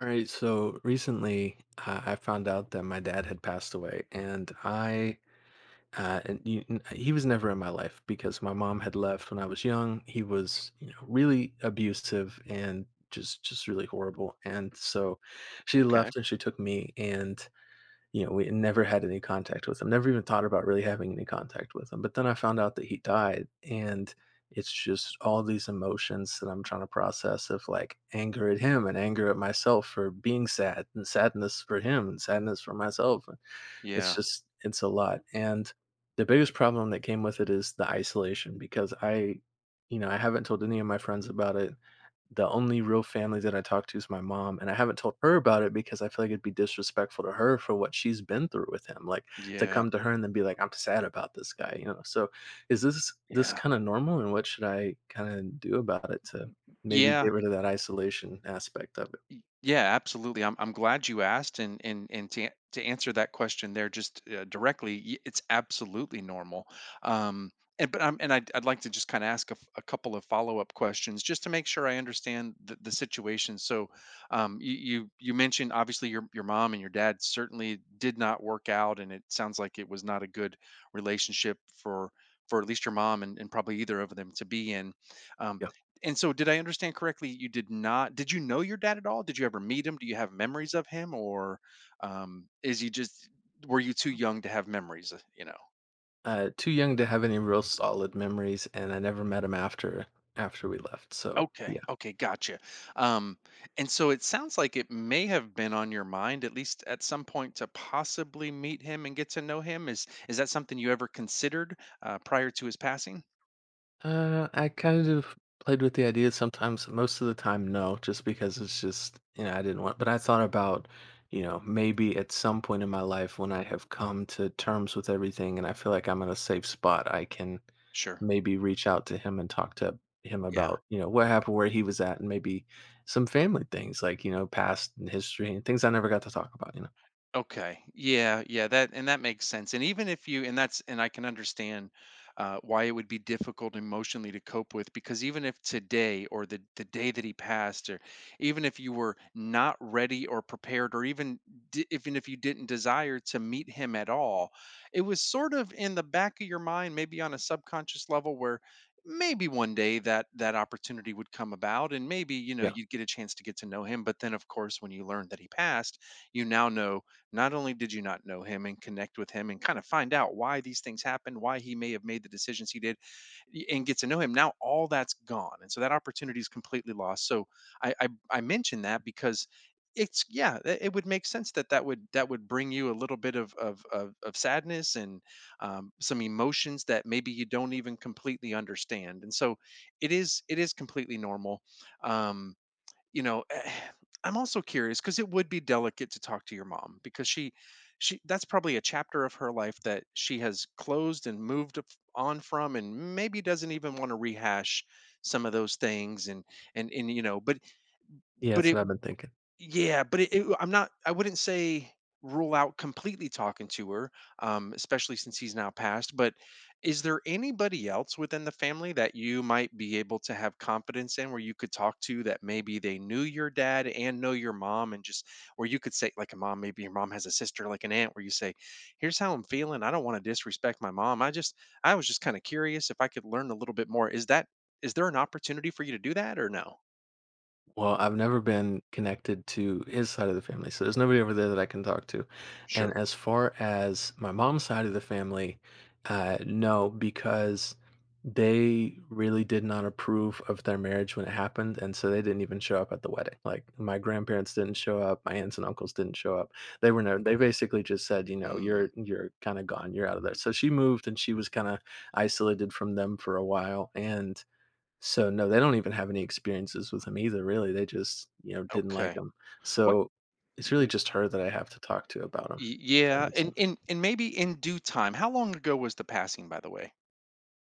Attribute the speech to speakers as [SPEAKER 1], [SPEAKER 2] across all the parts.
[SPEAKER 1] All right, so recently I found out that my dad had passed away, and I and you, n- he was never in my life because my mom had left when I was young. He was, you know, really abusive and just really horrible, and so she
[SPEAKER 2] Okay.
[SPEAKER 1] left and she took me, and you know, we never had any contact with him, never even thought about really having any contact with him, but then I found out that he died, and it's just all these emotions that I'm trying to process of, like, anger at him and anger at myself for being sad and sadness for him and sadness for myself. it's
[SPEAKER 2] Yeah.
[SPEAKER 1] just it's a lot, and the biggest problem that came with it is the isolation because I haven't told any of my friends about it. The only real family that I talk to is my mom, and I haven't told her about it because I feel like it'd be disrespectful to her for what she's been through with him. Like to
[SPEAKER 2] Yeah.
[SPEAKER 1] come to her and then be like, "I'm sad about this guy," you know. So, is this
[SPEAKER 2] Yeah.
[SPEAKER 1] kind of normal, and what should I kind of do about it to maybe
[SPEAKER 2] Yeah.
[SPEAKER 1] get rid of that isolation aspect of it?
[SPEAKER 2] Yeah. Absolutely. I'm glad you asked. And to answer that question there just directly, it's absolutely normal. Um. And I'd like to just kind of ask a couple of follow up questions just to make sure I understand the situation. So, you mentioned obviously your mom and your dad certainly did not work out, and it sounds like it was not a good relationship for at least your mom, and probably either of them to be in. Um,
[SPEAKER 1] Yeah,
[SPEAKER 2] And so, did I understand correctly, you did not did you know your dad at all? Did you ever meet him? Do you have memories of him, or, is he just were you too young to have memories, you know?
[SPEAKER 1] too young to have any real solid memories, and I never met him after after we left. So, yeah.
[SPEAKER 2] Okay, okay, gotcha. Um, and so it sounds like it may have been on your mind at least at some point to possibly meet him and get to know him. Is that something you ever considered, prior to his passing?
[SPEAKER 1] I kind of played with the idea sometimes. Most of the time, no, just because it's just, you know, I didn't want, but I thought about, you know, maybe at some point in my life when I have come to terms with everything and I feel like I'm in a safe spot, I can
[SPEAKER 2] Sure.
[SPEAKER 1] maybe reach out to him and talk to him
[SPEAKER 2] Yeah.
[SPEAKER 1] about, you know, what happened, where he was at, and maybe some family things like, you know, past and history and things I never got to talk about, you know.
[SPEAKER 2] Okay. Yeah, yeah, that makes sense. And even if you and that's and I can understand why it would be difficult emotionally to cope with, because even if today or the day that he passed, or even if you were not ready or prepared, or even even if you didn't desire to meet him at all, it was sort of in the back of your mind, maybe on a subconscious level, where maybe one day that opportunity would come about, and maybe,
[SPEAKER 1] Yeah.
[SPEAKER 2] you'd get a chance to get to know him. But then, of course, when you learned that he passed, you now know, not only did you not know him and connect with him and kind of find out why these things happened, why he may have made the decisions he did, and get to know him, now all that's gone. And so that opportunity is completely lost. So, I mentioned that because it's, yeah, it would make sense that that would, bring you a little bit of sadness, and some emotions that maybe you don't even completely understand. And so it is completely normal. um, you know eh, I'm also curious, because it would be delicate to talk to your mom, because she, that's probably a chapter of her life that she has closed and moved on from, and maybe doesn't even want to rehash some of those things. And and you know
[SPEAKER 1] Yeah,
[SPEAKER 2] but
[SPEAKER 1] that's
[SPEAKER 2] it
[SPEAKER 1] what I've been thinking.
[SPEAKER 2] yeah, but it I'm not, I wouldn't say rule out completely talking to her, especially since he's now passed. But is there anybody else within the family that you might be able to have confidence in, where you could talk to, that maybe they knew your dad and know your mom, and just where you could say, like, a mom, maybe your mom has a sister, like an aunt, where you say, "Here's how I'm feeling. I don't want to disrespect my mom. I was just kind of curious if I could learn a little bit more." Is there an opportunity for you to do that, or no?
[SPEAKER 1] Well, I've never been connected to his side of the family, so there's nobody over there that I can talk to. And
[SPEAKER 2] Sure.
[SPEAKER 1] as far as my mom's side of the family, no, because they really did not approve of their marriage when it happened, and so they didn't even show up at the wedding. Like my grandparents didn't show up, my aunts and uncles didn't show up. They were no, they basically just said, you know,
[SPEAKER 2] Mm,
[SPEAKER 1] you're kind of gone, you're out of there. So she moved, and she was kind of isolated from them for a while, and so, no, they don't even have any experiences with him either, really, they just, you know, didn't like
[SPEAKER 2] okay.
[SPEAKER 1] him. So, it's really
[SPEAKER 2] Y-
[SPEAKER 1] just her that I have to talk to about him, if that
[SPEAKER 2] Yeah,
[SPEAKER 1] makes
[SPEAKER 2] and
[SPEAKER 1] sense.
[SPEAKER 2] and and maybe in due time. How long ago was the passing, by the way?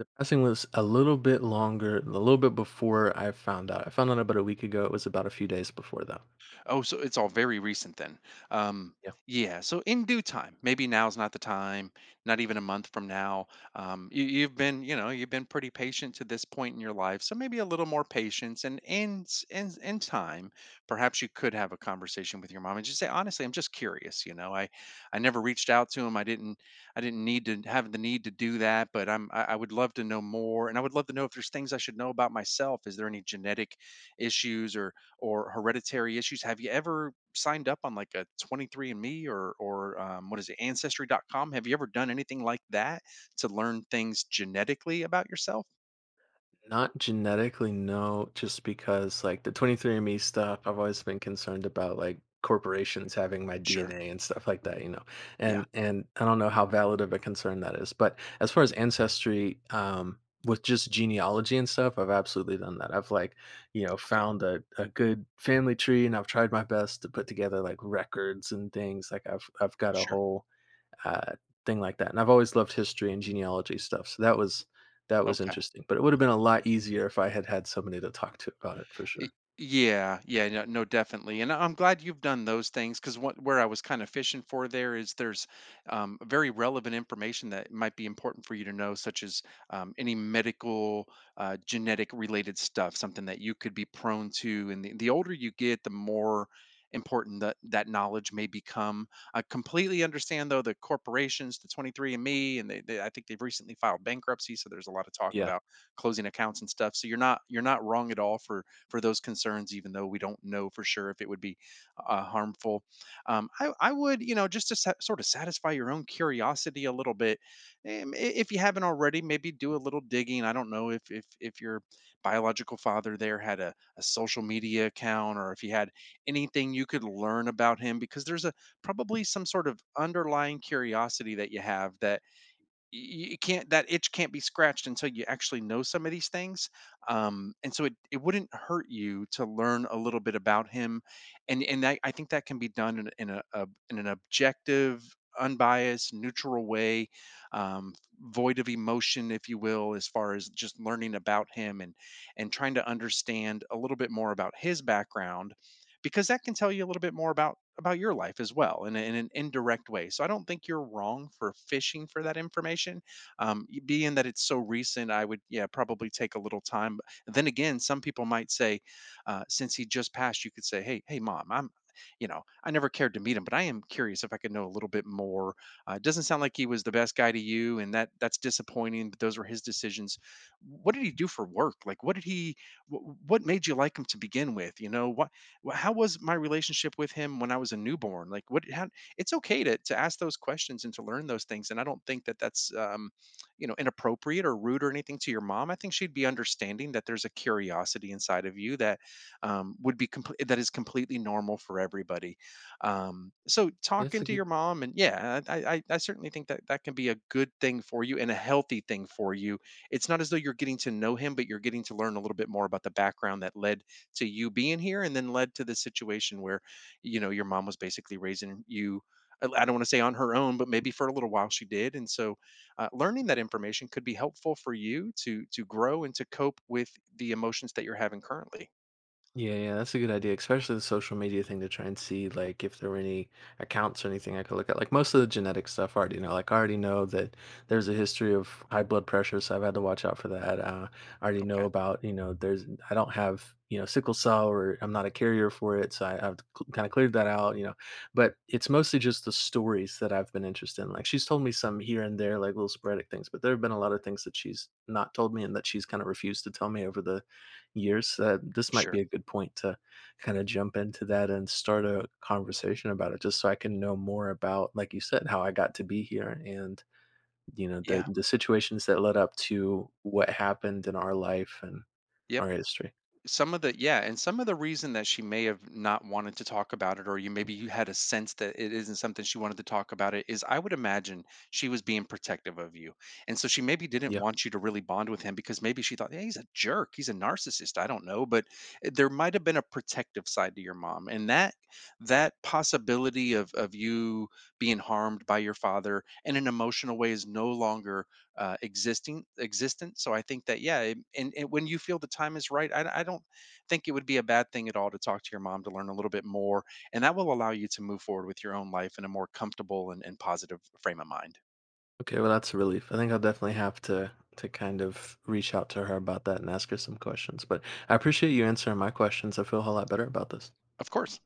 [SPEAKER 1] The passing was a little bit longer a little bit before I found out. I found out about a week ago, it was about a few days before, though.
[SPEAKER 2] Oh, so it's all very recent then. Um,
[SPEAKER 1] Yeah.
[SPEAKER 2] yeah, so in due time. Maybe now's not the time, not even a month from now. You've been pretty patient to this point in your life, so maybe a little more patience. And in in time, perhaps you could have a conversation with your mom and just say, honestly, I'm just curious. You know, I never reached out to him. I didn't need to have the need to do that, but I would love to know more, and I would love to know if there's things I should know about myself. Is there any genetic issues, or hereditary issues. Have you ever signed up on, like, a 23andMe, or what is it, Ancestry.com? Have you ever done anything like that to learn things genetically about yourself?
[SPEAKER 1] Not genetically, no, just because like the 23andMe stuff, I've always been concerned about like corporations having my
[SPEAKER 2] Sure.
[SPEAKER 1] DNA and stuff like that, you know.
[SPEAKER 2] Yeah.
[SPEAKER 1] And I don't know how valid of a concern that is. But as far as ancestry, with just genealogy and stuff, I've absolutely done that. I've like, you know,
[SPEAKER 2] Okay.
[SPEAKER 1] found a good family tree and I've tried my best to put together like records and things. Like I've got a
[SPEAKER 2] Sure.
[SPEAKER 1] whole uh, thing like that. And I've always loved history and genealogy stuff, so that was
[SPEAKER 2] Okay.
[SPEAKER 1] interesting. But it would have been a lot easier if I had had somebody to talk to about it for
[SPEAKER 2] Y-
[SPEAKER 1] sure.
[SPEAKER 2] Yeah, yeah, no, no, definitely. And I'm glad you've done those things, because what where I was kind of fishing for there is, there's very relevant information that might be important for you to know, such as any medical, genetic related stuff, something that you could be prone to. And the older you get, the more important that that knowledge may become. I completely understand though, the corporations, the 23andMe, and Me, and they, I think they've recently filed bankruptcy, so there's a lot of talk
[SPEAKER 1] Yeah,
[SPEAKER 2] about closing accounts and stuff. So you're not wrong at all for those concerns, even though we don't know for sure if it would be harmful. I would, you know, just to sort of satisfy your own curiosity a little bit. If you haven't already, maybe do a little digging. I don't know if your biological father there had a social media account, or if he had anything you could learn about him, because there's a probably some sort of underlying curiosity that you have that y- y- can't that itch can't be scratched until you actually know some of these things. And so it wouldn't hurt you to learn a little bit about him. And I think that can be done in a in an objective, unbiased, neutral way, um void of emotion, if you will, as far as just learning about him, and trying to understand a little bit more about his background, because that can tell you a little bit more about your life as well, in an indirect way. So I don't think you're wrong for fishing for that information. Being that it's so recent, I would, yeah, probably take a little time. Then again, some people might say, since he just passed, you could say, "Hey, mom, I'm you know, I never cared to meet him, but I am curious if I could know a little bit more. It doesn't sound like he was the best guy to you, and that's disappointing, but those were his decisions. What did he do for work? Like, what did he wh- what made you like him to begin with? You know, how was my relationship with him when I was a newborn?" It's okay to ask those questions and to learn those things. And I don't think that that's, inappropriate or rude or anything to your mom. I think she'd be understanding that there's a curiosity inside of you that, would be complete that is completely normal for everybody. So,
[SPEAKER 1] it's a
[SPEAKER 2] talking to
[SPEAKER 1] good.
[SPEAKER 2] your mom, and yeah, I certainly think that that can be a good thing for you, and a healthy thing for you. It's not as though you're getting to know him, but you're getting to learn a little bit more about the background that led to you being here, and then led to the situation where, your mom was basically raising you. I don't want to say on her own, but maybe for a little while she did. And so, learning that information could be helpful for you to grow and to cope with the emotions that you're having currently.
[SPEAKER 1] Yeah, that's a good idea, especially the social media thing to try and see like if there were any accounts or anything I could look at. Like most of the genetic stuff I already know. Like I already know that there's a history of high blood pressure, so I've had to watch out for that. I already know
[SPEAKER 2] Okay.
[SPEAKER 1] about, you know, there's I don't have, you know, sickle cell or I'm not a carrier for it, so I've kind of cleared that out, you know. But it's mostly just the stories that I've been interested in. Like she's told me some here and there, like little sporadic things, but there have been a lot of things that she's not told me and that she's kind of refused to tell me over the years. Uh, this might
[SPEAKER 2] Sure.
[SPEAKER 1] be a good point to kinda jump into that and start a conversation about it just so I can know more about, like you said, how I got to be here and, you know, the
[SPEAKER 2] Yeah.
[SPEAKER 1] the situations that led up to what happened in our life and
[SPEAKER 2] Yep.
[SPEAKER 1] our history.
[SPEAKER 2] Some of the reason that she may have not wanted to talk about it, or, you maybe you had a sense that it isn't something she wanted to talk about, it is, I would imagine, she was being protective of you. And so she maybe didn't
[SPEAKER 1] Yeah.
[SPEAKER 2] want you to really bond with him, because maybe she thought, yeah, he's a jerk, he's a narcissist, I don't know. But there might have been a protective side to your mom, and that that possibility of you being harmed by your father in an emotional way is no longer, existing existent. So I think that, yeah, and when you feel the time is right, I don't think it would be a bad thing at all to talk to your mom to learn a little bit more, and that will allow you to move forward with your own life in a more comfortable and positive frame of mind.
[SPEAKER 1] Okay, well, that's a relief. I think I'll definitely have to kind of reach out to her about that and ask her some questions, but I appreciate you answering my questions. I feel a whole lot better about this.
[SPEAKER 2] Of course.